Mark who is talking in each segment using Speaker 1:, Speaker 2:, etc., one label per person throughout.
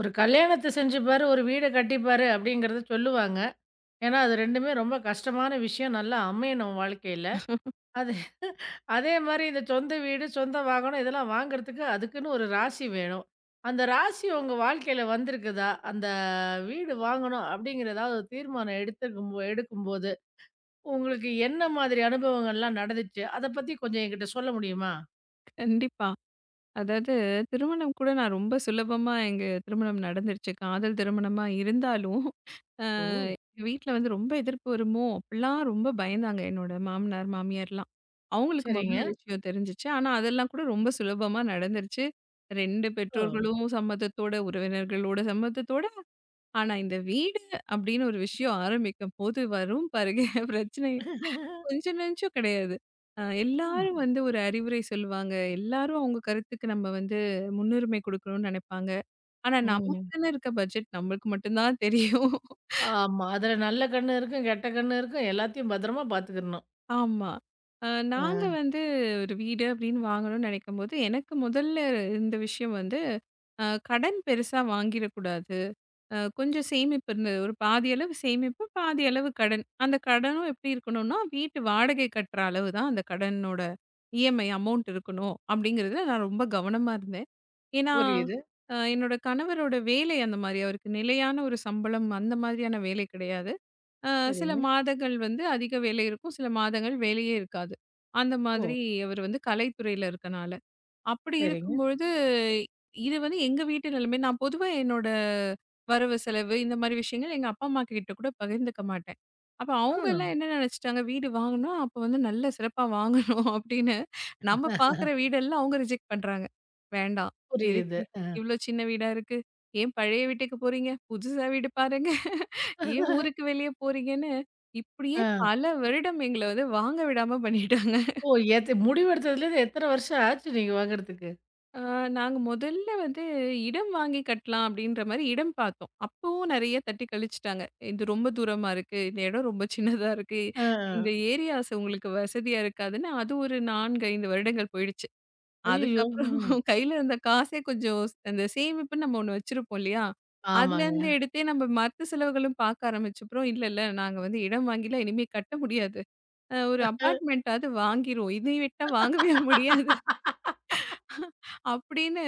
Speaker 1: ஒரு கல்யாணத்த செஞ்சுப்பாரு, ஒரு வீட கட்டிப்பாரு அப்படிங்கிறத சொல்லுவாங்க. ஏன்னா, அது 2மே ரொம்ப கஷ்டமான விஷயம். நல்லா அமையணும் வாழ்க்கையில. அது அதே மாரி இந்த சொந்த வீடு, சொந்த வாகனம் இதெல்லாம் வாங்குறதுக்கு அதுக்குன்னு ஒரு ராசி வேணும். அந்த ராசி உங்க வாழ்க்கையில வந்திருக்குதா? அந்த வீடு வாங்கணும் அப்படிங்கிற ஏதாவது ஒரு தீர்மானம் எடுக்கும்போது, உங்களுக்கு என்ன மாதிரி அனுபவங்கள்லாம் நடந்துச்சு? அத பத்தி கொஞ்சம் என்கிட்ட சொல்ல முடியுமா?
Speaker 2: கண்டிப்பா. அதாவது திருமணம் கூட நான் ரொம்ப சுலபமா எங்க திருமணம் நடந்துருச்சு. காதல் திருமணமா இருந்தாலும், அ
Speaker 1: ஓ!
Speaker 2: எங்க வீட்ல வந்து ரொம்ப எதிர்ப்பு வருமோ! அப்பிடிலாம் ரொம்ப பயந்தாங்க. என்னோட மாமனார், மாமியார்லாம். அவுங்களுக்கு முதல்ல
Speaker 1: சரிங்க.
Speaker 2: விஷயம் தெரிஞ்சுச்சு. ஆனா, அதெல்லாம் கூட ரொம்ப சுலபமா நடந்துருச்சு. 2
Speaker 1: ஓ!
Speaker 2: பெற்றோர்களும் சம்மதத்தோட, உறவினர்களோட சம்மதத்தோட. ஆனா, இந்த வீடு அப்பிடின்னு ஒரு விஷயம் ஆரம்பிக்கும்போது வரும் பாருங்க பிரச்சனை. கொஞ்சம் நெஞ்சம் கிடையாது.
Speaker 1: ம்.
Speaker 2: எல்லாரும் வந்து ஒரு அறிவுரை சொல்லுவாங்க. எல்லாரும் அவங்க கருத்துக்கு நம்ம வந்து முன்னுரிமை குடுக்கணும்னு நெனைப்பாங்க. ஆனா
Speaker 1: ம்.
Speaker 2: நமக்குன்னு இருக்க பட்ஜெட் நம்மளுக்கு மட்டும் தான் தெரியும்.
Speaker 1: ஆமா. அதுல நல்ல கண்ணு இருக்கும், கெட்ட கண்ணு இருக்கும். எல்லாத்தையும் பத்திரமா பாத்துக்கிடணும்.
Speaker 2: ஆமா. அ
Speaker 1: ஆ.
Speaker 2: நாங்க வந்து ஒரு வீடு அப்படின்னு வாங்கணும்னு நெனைக்கும்போது, எனக்கு முதல்ல இருந்த விஷயம் வந்து, கடன் பெருசா வாங்கிடக்கூடாது. கொஞ்சம் சேமிப்பு இருந்தது. ஒரு பாதி அளவு சேமிப்பு, பாதி அளவு கடன். அந்த கடனும் எப்படி இருக்கணும்னா, வீட்டு வாடகை கட்டுற அளவு தான் அந்த கடனோட இஎம்ஐ அமௌண்ட் இருக்கணும், அப்படிங்கிறதுல நான் ரொம்ப கவனமா இருந்தேன். ஏன்னா,
Speaker 1: புரியுது.
Speaker 2: என்னோட கணவரோட வேலை அந்த மாரி. அவருக்கு நிலையான ஒரு சம்பளம் அந்த மாதிரியான வேலை கிடையாது. அ சில
Speaker 1: சரிங்க.
Speaker 2: மாதங்கள் வந்து அதிக வேலை இருக்கும், சில மாதங்கள் வேலையே இருக்காது. அந்த
Speaker 1: ஓ!
Speaker 2: மாதிரி அவர் வந்து கலைத்துறையில இருக்கனால. அப்படி
Speaker 1: சரிங்க.
Speaker 2: இருக்கும்பொழுது, இது வந்து எங்க வீட்டு நிலைமை. நான் பொதுவா என்னோட வரவு, செலவு இந்த மாரி விஷயங்கள் எங்க அப்பா, அம்மா கிட்ட கூட பகிர்ந்துக்க மாட்டேன். அப்ப
Speaker 1: ஆ,
Speaker 2: அவங்க எல்லாம் என்ன நெனச்சுட்டாங்க, வீடு வாங்குனா, அப்ப வந்து நல்ல சிறப்பா வாங்கணும் அப்படின்னு நம்ம பாக்குற வீடெல்லாம் அவங்க ரிஜெக்ட் பண்றாங்க. வேண்டாம்.
Speaker 1: புரியுது.
Speaker 2: எதுக்கு இவ்ளோ சின்ன வீடா இருக்கு? ஏன் பழைய வீட்டுக்கு போறீங்க? புதுசா வீடு பாருங்க. ஏன் ஊருக்கு வெளிய போறீங்கன்னு, இப்படியே
Speaker 1: ஆ.
Speaker 2: பல வருடம் எங்கள வந்து வாங்க விடாம பண்ணிட்டாங்க.
Speaker 1: ஓ! முடிவு எடுத்ததுலேருந்து எத்தன வருஷம் ஆச்சு நீங்க வாங்குறதுக்கு?
Speaker 2: ஆ, நாங்க முதல்ல வந்து இடம் வாங்கி கட்டலாம் அப்படின்ற மாரி இடம் பார்த்தோம். அப்பவும் நெறைய தட்டி கழிச்சுட்டாங்க. "இது ரொம்ப தூரமா இருக்கு. இந்த இடம் ரொம்ப சின்னதா இருக்கு.
Speaker 1: ஆ.
Speaker 2: இந்த ஏரியாஸ் உங்களுக்கு வசதியா இருக்காதுன்னு" அது ஒரு 4, 5 வருடங்கள் போயிடுச்சு.
Speaker 1: ஐய்யயோ!
Speaker 2: அதுக்கப்புறம்
Speaker 1: ம்.
Speaker 2: கையில இருந்த காசே கொஞ்சம் அந்த சேமிப்புன்னு நம்ம ஒண்ணு வச்சிருப்போம் இல்லையா?
Speaker 1: ஆமாங்க.
Speaker 2: அதுலேருந்து எடுத்தே நம்ம மத்த செலவுகளும் பார்க்க ஆரம்பிச்சப்பறம், "இல்ல, இல்ல நாங்க வந்து இடம் வாங்கிலாம் இனிமே கட்ட முடியாது. ஒரு
Speaker 1: அ,
Speaker 2: அபார்ட்மெண்ட்டாவது வாங்கிருவோம். இதை விட்டா வாங்கவே முடியாது." அப்படின்னு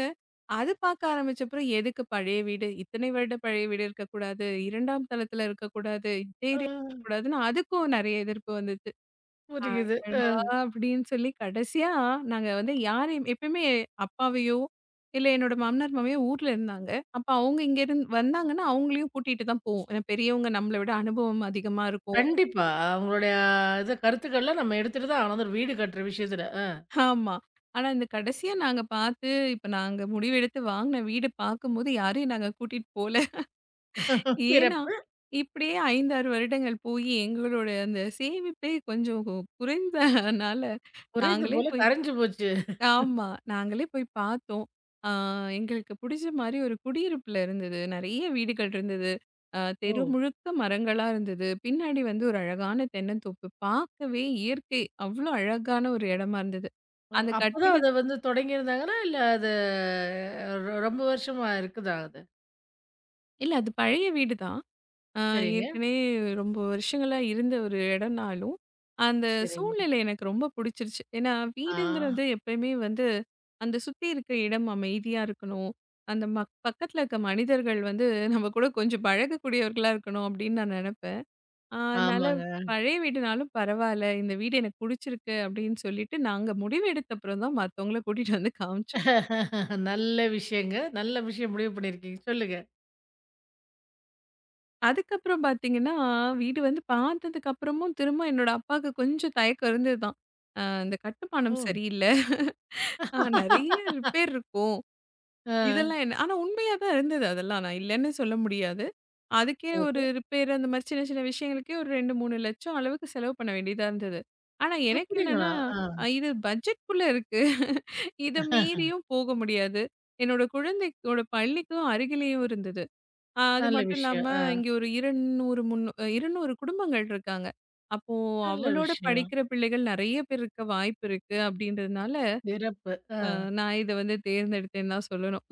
Speaker 2: அது பார்க்க ஆரம்பிச்சப்புறம் எதுக்கு பழைய வீடு இத்தனை வருட பழைய வீடு இருக்கக்கூடாது, இரண்டாம் தளத்துல இருக்கக்கூடாது, இதே
Speaker 1: ஆ,
Speaker 2: area கூடாதுன்னு அதுக்கும் நிறைய எதிர்ப்பு வந்துச்சு.
Speaker 1: புரியுது.
Speaker 2: அடடா அப்படின்னு சொல்லி கடைசியா நாங்க வந்து யாரையும் எப்பயுமே அப்பாவையோ இல்ல என்னோட மாமனார் மாமியோ ஊர்ல இருந்தாங்க, அப்ப அவங்க இங்க இருந்து வந்தாங்கன்னா அவங்களையும் கூட்டிட்டு தான் போவோம், ஏன்னா பெரியவங்க நம்மளை விட அனுபவம் அதிகமா இருக்கும்.
Speaker 1: கண்டிப்பா. அவங்களுடைய இது கருத்துக்கள்லாம் நம்ம எடுத்துட்டு தான் ஆகணும். அந்த ஒரு வீடு கட்டுற விஷயத்துல.
Speaker 2: ஆமா. ஆனா இந்த கடைசியா நாங்க பார்த்து இப்ப நாங்க முடிவெடுத்து வாங்கின வீடு பார்க்கும்போது யாரையும் நாங்க கூட்டிட்டு போல. ஏன்னா,
Speaker 1: சிறப்பு.
Speaker 2: இப்படியே 5, 6 வருடங்கள் போயி எங்களோட அந்த சேமிப்பே கொஞ்சம் குறைந்தனால,
Speaker 1: குறைந்து
Speaker 2: நாங்களே
Speaker 1: போல
Speaker 2: போய்.
Speaker 1: கரைஞ்சு போச்சு.
Speaker 2: ஆமா. நாங்களே போய் பார்த்தோம். ஆ எங்களுக்கு புடிச்ச மாரி ஒரு குடியிருப்புல இருந்தது. நெறைய வீடுகள் இருந்தது.
Speaker 1: ஓ!
Speaker 2: தெரு முழுக்க மரங்களா இருந்தது. பின்னாடி வந்து ஒரு அழகான தென்னந்தோப்பு. பார்க்கவே இயற்கை அவ்ளோ அழகான ஒரு இடமா இருந்தது.
Speaker 1: ஓ!
Speaker 2: அந்த கட்டிட
Speaker 1: அப்பதான் அத வந்து தொடங்கியிருந்தாங்களா? இல்ல அது ரொம்ப வருஷமா இருக்குதா அது?
Speaker 2: இல்ல அது பழைய வீடுதான். ஆ
Speaker 1: சரிங்க,
Speaker 2: ஏற்கனவே ரொம்ப வருஷங்களா இருந்த ஒரு இடம்னாலும், அந்த
Speaker 1: சரிங்க.
Speaker 2: சூழ்நிலை எனக்கு ரொம்ப பிடிச்சிருச்சு. ஏன்னா
Speaker 1: ஆ,
Speaker 2: வீடுங்கிறது எப்பயுமே வந்து, அந்த சுத்தி இருக்க இடம் அமைதியா இருக்கணும். அந்த பக்கத்துல இருக்க மனிதர்கள் வந்து நம்ம கூட கொஞ்சம் பழகக்கூடியவர்களா இருக்கணும் அப்படின்னு நான் நினைப்பேன். அதனால
Speaker 1: ஆமாங்க.
Speaker 2: பழைய வீடுனாலும் பரவால்ல. இந்த வீடு எனக்கு புடிச்சிருக்கு அப்படின்னு சொல்லிட்டு நாங்க முடிவெடுத்த அப்புறம் தான் மத்தவங்கள கூட்டிட்டு வந்து காமிச்சோம்.
Speaker 1: நல்ல விஷயங்க. நல்ல விஷயம் முடிவு பண்ணியிருக்கீங்க. சொல்லுங்க.
Speaker 2: அதுக்கப்புறம் பார்த்தீங்கன்னா, வீடு வந்து பார்த்ததுக்கு அப்புறமும் திரும்ப என்னோட அப்பாவுக்கு கொஞ்சம் தயக்கம் இருந்ததுதான். இந்த
Speaker 1: ஓ!
Speaker 2: கட்டுமானம் சரியில்ல. நெறைய ரிப்பேர் இருக்கும்.
Speaker 1: ஆ,
Speaker 2: இதெல்லாம் என்ன ஆனா உண்மையா தான் இருந்தது அதெல்லாம். நான் இல்லன்னு சொல்ல முடியாது. அதுக்கே ஒரு
Speaker 1: ஓகே.
Speaker 2: ரிப்பேர் அந்த மாரி சின்ன சின்ன விஷயங்களுக்கே ஒரு 2, 3 லட்சம் அளவுக்கு செலவு பண்ண வேண்டியதா இருந்தது. ஆனா எனக்கு என்னன்னா,
Speaker 1: அப்படிங்களா? ஆ.
Speaker 2: இது பட்ஜெட்குள்ள இருக்கு. இத மீறியும் போக முடியாது. என்னோட குழந்தையோட பள்ளிக்கும் அருகிலேயும் இருந்தது. அது
Speaker 1: நல்ல
Speaker 2: மட்டும்
Speaker 1: விஷயம்.
Speaker 2: இல்லாம,
Speaker 1: ஆ,
Speaker 2: இங்க ஒரு 200, 200 குடும்பங்கள் இருக்காங்க. அப்போ
Speaker 1: நல்ல
Speaker 2: அவளோட
Speaker 1: விஷயம்.
Speaker 2: படிக்கிற பிள்ளைகள் நெறைய பேர் இருக்க வாய்ப்பு இருக்கு அப்படின்றதுனால,
Speaker 1: சிறப்பு. ஆ,
Speaker 2: அ நான் இத வந்து தேர்ந்தெடுத்தேன்னு தான் சொல்லணும்.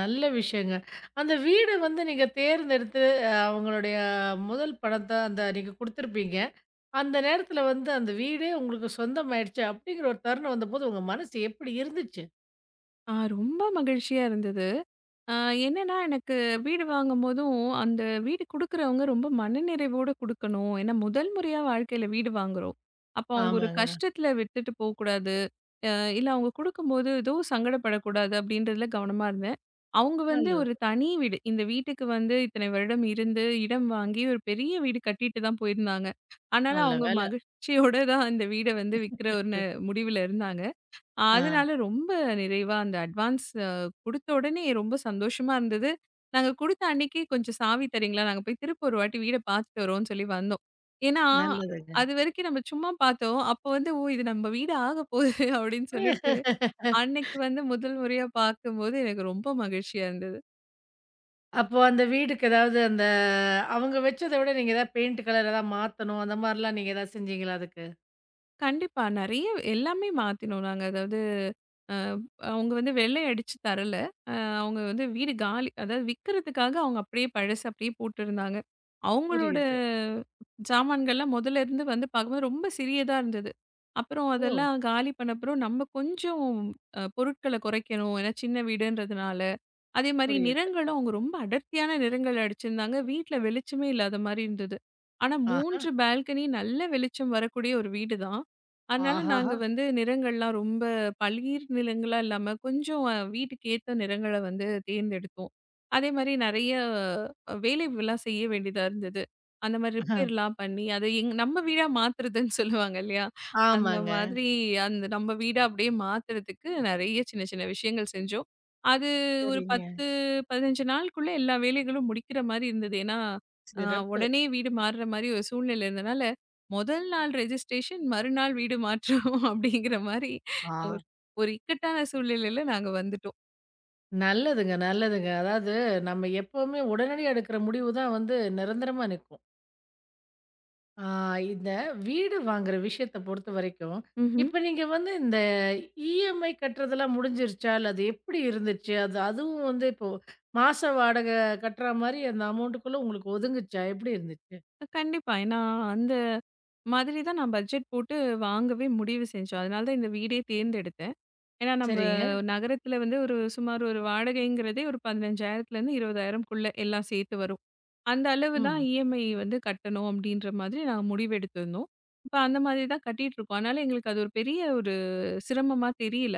Speaker 1: நல்ல விஷயங்க. அந்த வீடு வந்து நீங்க தேர்ந்தெடுத்து, அவங்களுடைய முதல் பணத்த அந்த நீங்க குடுத்துருப்பீங்க. அந்த நேரத்துல வந்து அந்த வீடே உங்களுக்கு சொந்தமாயிடுச்சு அப்படிங்கிற ஒரு தருணம் வந்தபோது உங்க மனசு எப்படி இருந்துச்சு?
Speaker 2: ரொம்ப மகிழ்ச்சியா இருந்தது. அ என்னன்னா எனக்கு வீடு வாங்கும்போதும், அந்த வீடு குடுக்குறவங்க ரொம்ப மனநிறைவோட குடுக்கணும். ஏன்னா முதல் முறையா வாழ்க்கையில வீடு வாங்குறோம். அப்போ அவங்க ஒரு
Speaker 1: ஆமாங்க.
Speaker 2: கஷ்டத்துல விட்டுட்டு போக்கூடாது. அ இல்ல அவங்க குடுக்கும்போது ஏதோ சங்கடப்படக்கூடாது அப்படின்றதுல கவனமா இருந்தேன். அவங்க வந்து
Speaker 1: நல்லது.
Speaker 2: ஒரு தனி வீடு. இந்த வீட்டுக்கு வந்து இத்தனை வருடம் இருந்து, இடம் வாங்கி ஒரு பெரிய வீடு கட்டிட்டு தான் போயிருந்தாங்க. ஆனாலும்
Speaker 1: நல்ல
Speaker 2: அவங்க
Speaker 1: வேலை.
Speaker 2: மகிழ்ச்சியோட தான் இந்த வீட வந்து விக்கிற ஒரு முடிவுல இருந்தாங்க.
Speaker 1: ஆ.
Speaker 2: அதனால ரொம்ப நிறைவா அந்த அட்வான்ஸ் குடுத்த உடனே ரொம்ப சந்தோஷமா இருந்தது. நாங்க குடுத்த அன்னைக்கே "கொஞ்சம் சாவி தரீங்களா? நாங்க போய் திருப்ப ஒரு வாட்டி வீட பார்த்துட்டு வரோம்ன்னு" சொல்லி வந்தோம். ஏன்னா,
Speaker 1: நல்லதுங்க.
Speaker 2: அதுவரைக்கும் நம்ம சும்மா பார்த்தோம். அப்ப வந்து "ஓ! இது நம்ம வீடு ஆகப்போகுது" அப்படின்னு சொல்லிட்டு, அன்னைக்கு வந்து முதல் முறையா பார்க்கும்போது எனக்கு ரொம்ப மகிழ்ச்சியா இருந்தது.
Speaker 1: அப்போ அந்த வீடுக்கு ஏதாவது அந்த அவங்க வச்சத விட நீங்க ஏதாவது பெயிண்ட் கலர் ஏதாவது மாத்தணும், அந்த மாரிலாம் நீங்க ஏதாவது செஞ்சீங்களா அதுக்கு?
Speaker 2: கண்டிப்பா. நெறைய எல்லாமே மாத்தினோம் நாங்க. அதாவது அ அவங்க வந்து வெள்ளை அடிச்சு தரல. அ அவங்க வந்து வீடு காலி அதாவது விக்கிறதுக்காக அவங்க அப்படியே பழசு அப்படியே போட்டிருந்தாங்க. அவங்களோட
Speaker 1: புரியுது.
Speaker 2: சாமான்கள்லாம் முதல்ல இருந்து வந்து பார்க்கும்போது ரொம்ப சிறியதா இருந்தது. அப்புறம்
Speaker 1: ஓ!
Speaker 2: அதெல்லாம் காலி பண்ணப்புறம் நம்ம கொஞ்சம் பொருட்கள குறைக்கணும். ஏன்னா சின்ன வீடுன்றதுனால. அதே மாரி
Speaker 1: புரியுது.
Speaker 2: நிறங்களும் அவங்க ரொம்ப அடர்த்தியான நிறங்கள் அடிச்சிருந்தாங்க. வீட்ல வெளிச்சமே இல்லாத மாரி இருந்தது. ஆனா
Speaker 1: ஆஹா.
Speaker 2: 3 பால்கனி நல்ல வெளிச்சம் வரக்கூடிய ஒரு வீடு தான். அதனால நாங்க
Speaker 1: ஆஹாஹா!
Speaker 2: வந்து நிறங்கள்லாம் ரொம்ப பளீர் நிறங்களா இல்லாம கொஞ்சம் வீட்டுக்கு ஏத்த நிறங்கள வந்து தேர்ந்தெடுத்தோம். அதே மாரி நெறைய வேலைகள்லாம் செய்ய வேண்டியதா இருந்தது. அந்த மாரி
Speaker 1: அஹ்,
Speaker 2: ரிப்பேர்லாம் பண்ணி அத நம்ம வீடா மாத்துறதுன்னு சொல்லுவாங்க இல்லையா? அந்த
Speaker 1: ஆமாங்க.
Speaker 2: மாதிரி அந்த நம்ம வீடா அப்படியே மாத்துறதுக்கு நெறைய சின்ன சின்ன விஷயங்கள் செஞ்சோம். அது ஒரு
Speaker 1: சரிங்க.
Speaker 2: 10, 15 நாளுக்குள்ள எல்லா வேலைகளும் முடிக்கிற மாரி இருந்தது. ஏன்னா, அ
Speaker 1: சிறப்பு.
Speaker 2: உடனே வீடு மாறுற மாரி ஒரு சூழ்நிலை இருந்தனால, முதல் நாள் ரெஜிஸ்ட்ரேஷன் மறுநாள் வீடு மாற்றம் அப்படிங்கிற மாரி
Speaker 1: ஆ.
Speaker 2: ஒரு ஒரு இக்கட்டான சூழ்நிலையில நாங்க வந்துட்டோம்.
Speaker 1: நல்லதுங்க, நல்லதுங்க. அதாவது நம்ம எப்பவுமே உடனடியா எடுக்கிற முடிவு தான் வந்து நிரந்தரமா நிக்கும். ஆ, இந்த வீடு வாங்குற விஷயத்த பொறுத்த வரைக்கும்,
Speaker 2: ம்ஹ்ம்.
Speaker 1: இப்ப நீங்க வந்து இந்த இஎம்ஐ கட்டுறதெல்லாம் முடிஞ்சிருச்சா? இல்ல அது எப்படி இருந்துச்சு? அது அதுவும் வந்து இப்போ மாச வாடகை கட்டுற மாரி அந்த அமௌண்ட்டுக்குள்ள உங்களுக்கு ஒதுங்குச்சா? எப்படி இருந்துச்சு?
Speaker 2: கண்டிப்பா. ஏன்னா, அந்த மாதிரி தான் நான் பட்ஜெட் போட்டு வாங்கவே முடிவு செஞ்சோம். அதனால தான் இந்த வீடே தேர்ந்தெடுத்தேன். ஏன்னா நம்ப
Speaker 1: சரிங்க.
Speaker 2: நகரத்துல வந்து ஒரு சுமார் ஒரு வாடகைங்கிறதே ஒரு 15,000லேருந்து 20,000க்குள்ள எல்லாம் சேர்த்து வரும். அந்த அளவு தான்
Speaker 1: ம்.
Speaker 2: இஎம்ஐ வந்து கட்டணும் அப்படின்ற மாதிரி நாங்க முடிவெடுத்திருந்தோம். இப்ப அந்த மாதிரி தான் கட்டிட்டுருக்கோம். அதனால எங்களுக்கு அது ஒரு பெரிய ஒரு சிரமமா தெரியல.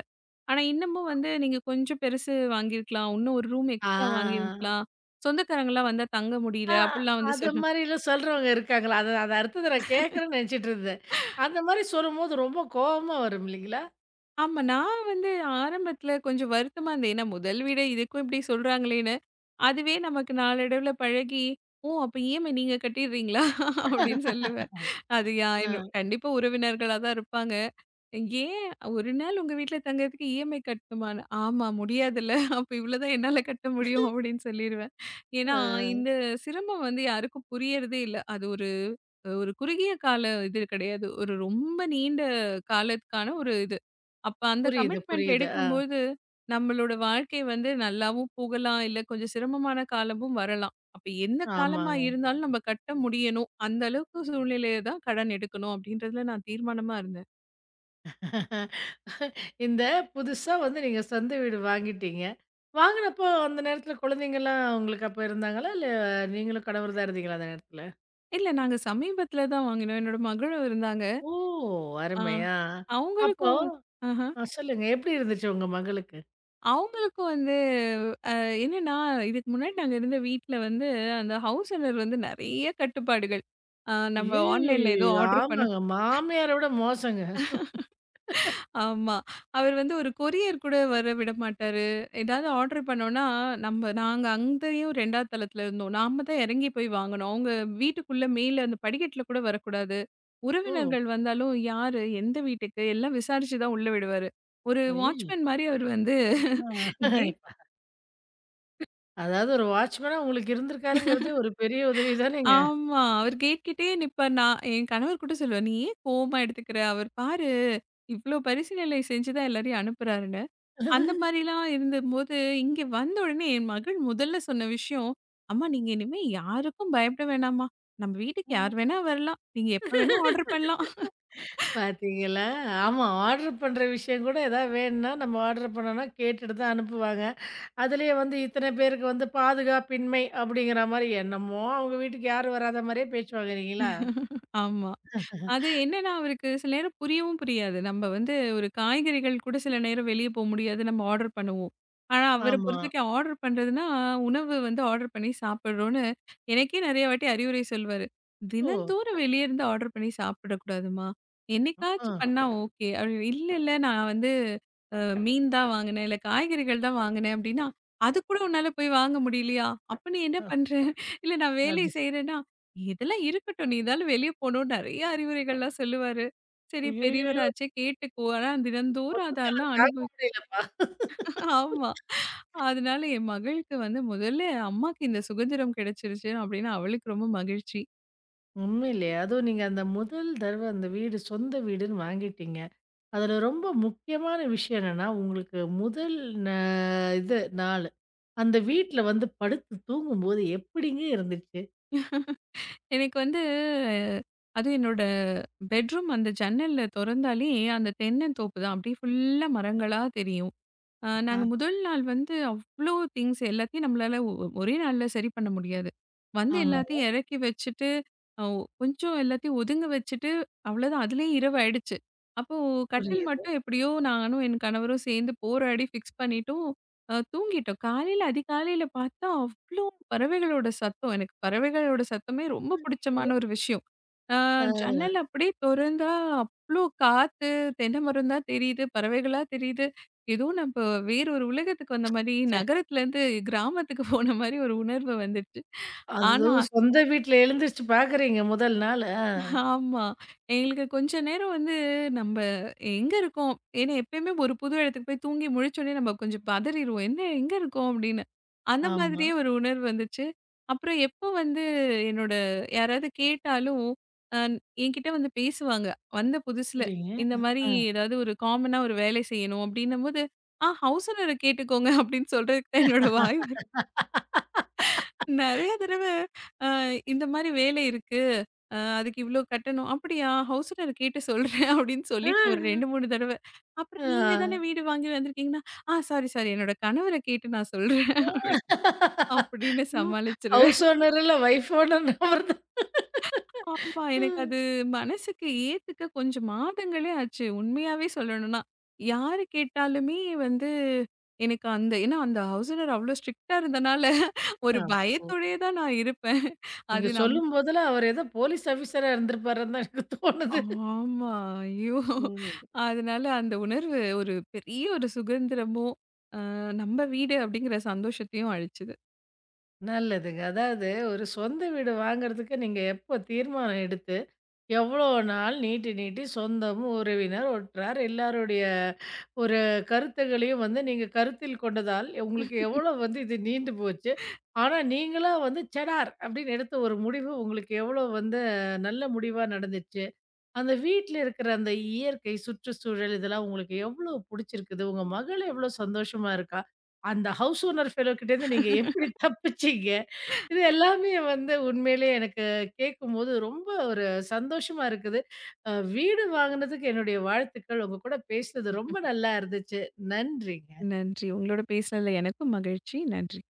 Speaker 2: ஆனா இன்னமும் வந்து நீங்க கொஞ்சம் பெருசு வாங்கியிருக்கலாம். இன்னும் ஒரு ரூம் எக்ஸ்ட்ரா
Speaker 1: ஆ.
Speaker 2: வாங்கியிருக்கலாம். சொந்தக்காரங்கலாம் வந்தா தங்க முடியல
Speaker 1: ஆ,
Speaker 2: அப்படிலாம் வந்து
Speaker 1: அது
Speaker 2: சொல்லு.
Speaker 1: மாரிலாம் சொல்றவங்க இருக்காங்களா? அத அது அடுத்தது நான் கேட்கறேன்னு நெனச்சுட்டு இருந்தேன். அந்த மாரி சொல்லும்போது ரொம்ப கோவமா வரும் இல்லைங்களா?
Speaker 2: ஆமா. நான் வந்து ஆரம்பத்துல கொஞ்சம் வருத்தமா இருந்தேன். ஏன்னா முதல் வீடு இதுக்கும் இப்படி சொல்றாங்களே, அதுவே நமக்கு நாளடைவுல பழகி, "ஓ! அப்ப இஎம்ஐ நீங்க கட்டிடுறீங்களா?" அப்படின்னு சொல்லுவேன். அது யா
Speaker 1: அ,
Speaker 2: என்ன கண்டிப்பா உறவினர்களா தான் இருப்பாங்க. "ஏன் ஒரு நாள் உங்க வீட்ல தங்கறதுக்கு இஎம்ஐ கட்டணுமான்னு?" "ஆமா முடியாதுல்ல. அப்ப இவ்வளோ தான் என்னால கட்ட முடியும்." அப்படின்னு சொல்லிருவேன்.
Speaker 1: அ
Speaker 2: ஏன்னா, இந்த சிரமம் வந்து யாருக்கும் புரியறதே இல்ல. அது ஒரு ஒரு குறுகிய கால இது கிடையாது. ஒரு ரொம்ப நீண்ட காலத்துக்கான ஒரு இது. அப்ப அந்த
Speaker 1: புரியுது,
Speaker 2: கமிட்மெண்ட்
Speaker 1: புரியுது. ஆ,
Speaker 2: எடுக்கும்போது, நம்மளோட வாழ்க்கை வந்து நல்லாவும் போகலாம். இல்ல கொஞ்சம் சிரமமான காலமும் வரலாம். அப்ப எந்த காலமா
Speaker 1: ஆமாங்க.
Speaker 2: இருந்தாலும் நம்ம கட்ட முடியணும். அந்த அளவுக்கு சூழ்நிலையில தான் கடன் எடுக்கணும் அப்படின்றதுல நான் தீர்மானமா இருந்தேன்.
Speaker 1: இந்த புதுசா வந்து நீங்க சொந்த வீடு வாங்கிட்டீங்க. வாங்குனப்போ அந்த நேரத்துல குழந்தைங்கலாம் உங்களுக்கு அப்ப இருந்தாங்களா? இல்ல நீங்களும் கணவர் தான் இருந்தீங்களா அந்த நேரத்துல?
Speaker 2: இல்ல நாங்க சமீபத்தில தான் வாங்கினோம். என்னோட மகளும் இருந்தாங்க.
Speaker 1: ஓ!
Speaker 2: ஆ
Speaker 1: அருமை. ஆ. அப்போ
Speaker 2: அவங்களுக்கும் ஆஹ.
Speaker 1: சொல்லுங்க. எப்படி இருந்துச்சு உங்க மகளுக்கு?
Speaker 2: அவங்களுக்கும் வந்து அ என்னன்னா, இதுக்கு முன்னாடி நாங்க இருந்த வீட்ல வந்து, அந்த ஹவுஸ் ஓனர் வந்து நெறைய கட்டுப்பாடுகள். நம்ம ஆன்லைன்ல ஏதோ
Speaker 1: ஐய்யய்யய்யய்யோ!
Speaker 2: ஆர்டர் பண்ண.
Speaker 1: ஆமாங்க. மாமியார விட மோசங்க.
Speaker 2: ஆமா. அவர் வந்து ஒரு கொரியர் கூட வர விட மாட்டாரு. ஏதாவது ஆர்டர் பண்ணோம்னா, நாங்க அங்கேயும் 2வது தளத்துல இருந்தோம். நாம தான் இறங்கி போய் வாங்கணும். அவங்க வீட்டுக்குள்ள மேல அந்த படிக்கட்டுல கூட வரக்கூடாது.
Speaker 1: ஓ!
Speaker 2: உறவினர்கள் வந்தாலும் யாரு? எந்த வீட்டுக்கு? எல்லாம் விசாரிச்சு தான் உள்ள விடுவாரு. ஒரு
Speaker 1: ஐய்யய்யோ!
Speaker 2: வாட்ச்மேன் மாரி அவர் வந்து
Speaker 1: ஆ.
Speaker 2: கேட்
Speaker 1: அதாவது ஒரு வாட்ச்மேனா உங்களுக்கு இருந்திருக்காருங்கிறதே ஒரு பெரிய உதவி தானேங்க.
Speaker 2: ஆமா. அவரு கேட் கிட்டயே நிப்பாரு. நான் என் கணவர் கூட சொல்லுவாரு, "நீ ஏன் கோவமா எடுத்துக்கிற? அவர் பாரு, இவ்ளோ பரிசீலனை செஞ்சு தான் எல்லாரையும் அனுப்புறாருன்னு." அந்த மாரிலாம் இருந்தபோது, இங்க வந்த உடனே என் மகள் முதல்ல சொன்ன விஷயம், "அம்மா நீங்க இனிமே யாருக்கும் பயப்பட வேணாம்மா. நம்ம வீட்டுக்கு
Speaker 1: ஆ.
Speaker 2: யார் வேணா வரலாம். நீங்க எப்ப வேணா ஆர்டர் பண்ணலாம்."
Speaker 1: பாத்தீங்களா? ஆமா. ஆர்டர் பண்ற விஷயம் கூட ஏதாவது வேணும்னா, நம்ம ஆர்டர் பண்ணோம்னா கேட்டுட்டு தான் அனுப்புவாங்க. அதிலேயே வந்து இத்தனை பேருக்கு வந்து பாதுகாப்பின்மை அப்படிங்கிற மாரி என்னமோ அவங்க வீட்டுக்கு யாரும் வராத மாரியே பேச்சு வாங்குறீங்களா?
Speaker 2: ஆமா. அது என்னன்னா, அவருக்கு சில நேரம் புரியவும் புரியாது. நம்ம வந்து ஒரு காய்கறிகள் கூட சில நேரம் வெளிய போ முடியாது. நம்ம ஆர்டர் பண்ணுவோம். ஆனா, அவர
Speaker 1: ஆமா.
Speaker 2: பொறுத்தவரைக்கும் ஆர்டர் பண்றதுன்னா, உணவு வந்து ஆர்டர் பண்ணி சாப்பிடுறோம்னு எனக்கே நெறைய வாட்டி அறிவுரை சொல்வாரு.
Speaker 1: ஓ!
Speaker 2: "தினந்தோறும் வெளிய இருந்து ஆர்டர் பண்ணி சாப்பிடக்கூடாதும்மா.
Speaker 1: அ,
Speaker 2: என்னைக்காச்சும் பண்ணா ஓகே." அப்படி "இல்ல, இல்ல நான் வந்து அ மீன் தான் வாங்குனேன், இல்ல காய்கறிகள் தான் வாங்குனேன்." அப்படின்னா, "அது கூட உன்னால போய் வாங்க முடியலையா? அப்ப நீ என்ன
Speaker 1: அ
Speaker 2: பண்ற? இல்ல நான் வேலை
Speaker 1: அது சரி.
Speaker 2: செய்றேன்னா, இதெல்லாம் இருக்கட்டும். நீ இருந்தாலும் வெளிய போணும் நெறைய அறிவுரைகள்லாம் சொல்லுவாரு. சரி
Speaker 1: ஐய்யய்யோ!
Speaker 2: பெரியவராச்சே கேட்டுக்கோ. ஆனா தினந்தோறும்
Speaker 1: பசுத்தல
Speaker 2: அதெல்லாம்
Speaker 1: தாங்க
Speaker 2: அனுபவி
Speaker 1: முடியலப்பா.
Speaker 2: ஆமா. அதனால என் மகளுக்கு வந்து முதல்ல அம்மாக்கு இந்த சுதந்திரம் கிடைச்சிருச்சு அப்படின்னு அவளுக்கு ரொம்ப மகிழ்ச்சி.
Speaker 1: உண்மையிலயே அதுவும் நீங்க அந்த முதல் தடவ அந்த வீடு சொந்த வீடுன்னு வாங்கிட்டீங்க. அதில ரொம்ப முக்கியமான விஷயம் என்னன்னா, உங்களுக்கு முதல் ந இது நாள். அந்த வீட்ல வந்து படுத்து தூங்கும்போது எப்படிங்க இருந்துச்சு?
Speaker 2: எனக்கு வந்து அதுவும் என்னோட பெட்ரூம் அந்த ஜன்னல்ல தொறந்தாலே அந்த தென்னந்தோப்பு தான். அப்படியே ஃபுல்லா மரங்களா தெரியும். நாங்க
Speaker 1: அ,
Speaker 2: முதல் நாள் வந்து அவ்ளோ திங்ஸ் எல்லாத்தையும் நம்மளால ஒரே நாள்ல சரி பண்ண முடியாது. வந்து
Speaker 1: ஆமாங்க.
Speaker 2: எல்லாத்தையும் இறக்கி வச்சுட்டு, அ கொஞ்சம் எல்லாத்தையும் ஒதுங்க வச்சுட்டு, அவ்வளோதான் அதிலயே இரவு ஆயிடுச்சு. அப்போ கட்டில்
Speaker 1: புரியுது.
Speaker 2: மட்டும் எப்படியோ நானும் என் கணவரும் சேர்ந்து போராடி ஃபிக்ஸ் பண்ணிட்டோம். தூங்கிட்டோம். காலையில அதிகாலையில பார்த்தா அவ்ளோ பறவைகளோட சத்தம். எனக்கு பறவைகளோட சத்தமே ரொம்ப பிடிச்சமான ஒரு விஷயம். அ
Speaker 1: அ.
Speaker 2: ஜன்னல் அப்படியே தொறந்தா அவ்ளோ காத்து, தென்னை மரம் தான் தெரியுது, பறவைகளா தெரியுது. ஏதோ நம்ப வேற ஒரு உலகத்துக்கு வந்த மாரி, நகரத்துலேருந்து கிராமத்துக்கு போன மாரி ஒரு உணர்வு வந்துருச்சு. ஆனா,
Speaker 1: அதுவும் சொந்த வீட்ல எழுந்திரிச்சு பார்க்குறீங்க முதல் நாள். ஆ.
Speaker 2: ஆமா. எங்களுக்கு கொஞ்ச நேரம் வந்து நம்ப எங்க இருக்கோம்? ஏன்னா எப்பயுமே ஒரு புது இடத்துக்கு போய் தூங்கி முழிச்சோனே நம்ம கொஞ்சம் பதறிருவோம். என்ன எங்க இருக்கோம்? அப்படின்னு. அந்த
Speaker 1: ஆமா.
Speaker 2: மாதிரியே ஒரு உணர்வு வந்துச்சு. அப்புறம் எப்ப வந்து என்னோட யாராவது கேட்டாலும், அ என்கிட்ட வந்து பேசுவாங்க. வந்த புதுசுல.
Speaker 1: சரிங்க.
Speaker 2: இந்த மாரி
Speaker 1: அ,
Speaker 2: ஏதாவது ஒரு காமனா ஒரு வேலை செய்யணும் அப்படின்னும்போது, ஹவுஸ் ஓனர கேட்டுக்கோங்க அப்படின்னு சொல்றதுக்கு தான் என்னோட வாய் நெறைய தடவ அ இந்த மாரி வேலை இருக்கு. அதுக்கு இவ்ளோ கட்டணும். "அப்படியா? ஹவுஸ் ஓனர் கேட்டு சொல்றேன்." அப்படின்னு
Speaker 1: ஆ.
Speaker 2: சொல்லிட்டு ஒரு 2, 3 தடவ.
Speaker 1: ஆ.
Speaker 2: அப்புறம் "நீங்க தானே வீடு வாங்கி வந்திருக்கீங்கன்னா" "ஆ சாரி, சாரி. என்னோட கணவர கேட்டு நான் சொல்றேன்." அப்படின்னு
Speaker 1: ம்.
Speaker 2: சமாளிச்சுருவேன்.
Speaker 1: ஹவுஸ் ஓனர் இல்ல வைஃப் ஓனர் அவர் தான்.
Speaker 2: ஆமா. எனக்கு அது மனசுக்கு ஏத்துக்க கொஞ்சம் மாதங்களே ஆச்சு. உண்மையாவே சொல்லணும்னா. யாரு கேட்டாலுமே வந்து எனக்கு அந்த ஏன்னா அந்த ஹவுஸ் ஓனர் அவ்ளோ ஸ்ட்ரிக்ட்டா இருந்தனால ஒரு
Speaker 1: ஆ. ஓ.
Speaker 2: பயத்தோடயே தான் நான் இருப்பேன். அது
Speaker 1: நீங்க
Speaker 2: நம்ம
Speaker 1: சொல்லும்போதெல்லாம் அவர் ஏதோ போலீஸ் ஆஃபீஸரா இருந்திருப்பாருன்னு தான் எனக்கு தோணுது.
Speaker 2: ஆமா. ஐயோ!
Speaker 1: ம்.
Speaker 2: அதனால அந்த உணர்வு ஒரு பெரிய ஒரு சுகந்திரமும், அ நம்ம வீடு அப்படிங்கிற சந்தோஷத்தையும் அளிச்சது.
Speaker 1: நல்லதுங்க. அதாவது ஒரு சொந்த வீடு வாங்குறதுக்கு நீங்க எப்போ தீர்மானம் எடுத்து, எவ்வளோ நாள் நீட்டி நீட்டி சொந்தமும், உறவினர், உற்றார் எல்லாருடைய ஒரு கருத்துகளையும் வந்து நீங்க கருத்தில் கொண்டதால், உங்களுக்கு எவ்வளோ வந்து இது நீண்டு போச்சு. ஆனா நீங்களா வந்து "சடார்" அப்படின்னு எடுத்த ஒரு முடிவு உங்களுக்கு எவ்வளோ வந்து நல்ல முடிவா நடந்துச்சு? அந்த வீட்ல இருக்கிற அந்த இயற்கை, சுற்றுச்சூழல் இதெல்லாம் உங்களுக்கு எவ்வளோ புடிச்சிருக்குது? உங்க மகள் எவ்வளோ சந்தோஷமா இருக்கா? அந்த ஹவுஸ் ஓனர் ஃபெலோ கிட்டேருந்து நீங்க எப்படி தப்பிச்சீங்க? இது எல்லாமே வந்து உண்மையிலேயே எனக்கு கேட்கும்போது ரொம்ப ஒரு சந்தோஷமா இருக்குது. வீடு வாங்குனதுக்கு என்னுடைய வாழ்த்துக்கள். உங்க கூட பேசினது ரொம்ப நல்லா இருந்துச்சு. நன்றிங்க.
Speaker 2: நன்றி. உங்களோட பேசினதுல எனக்கும் மகிழ்ச்சி. நன்றி.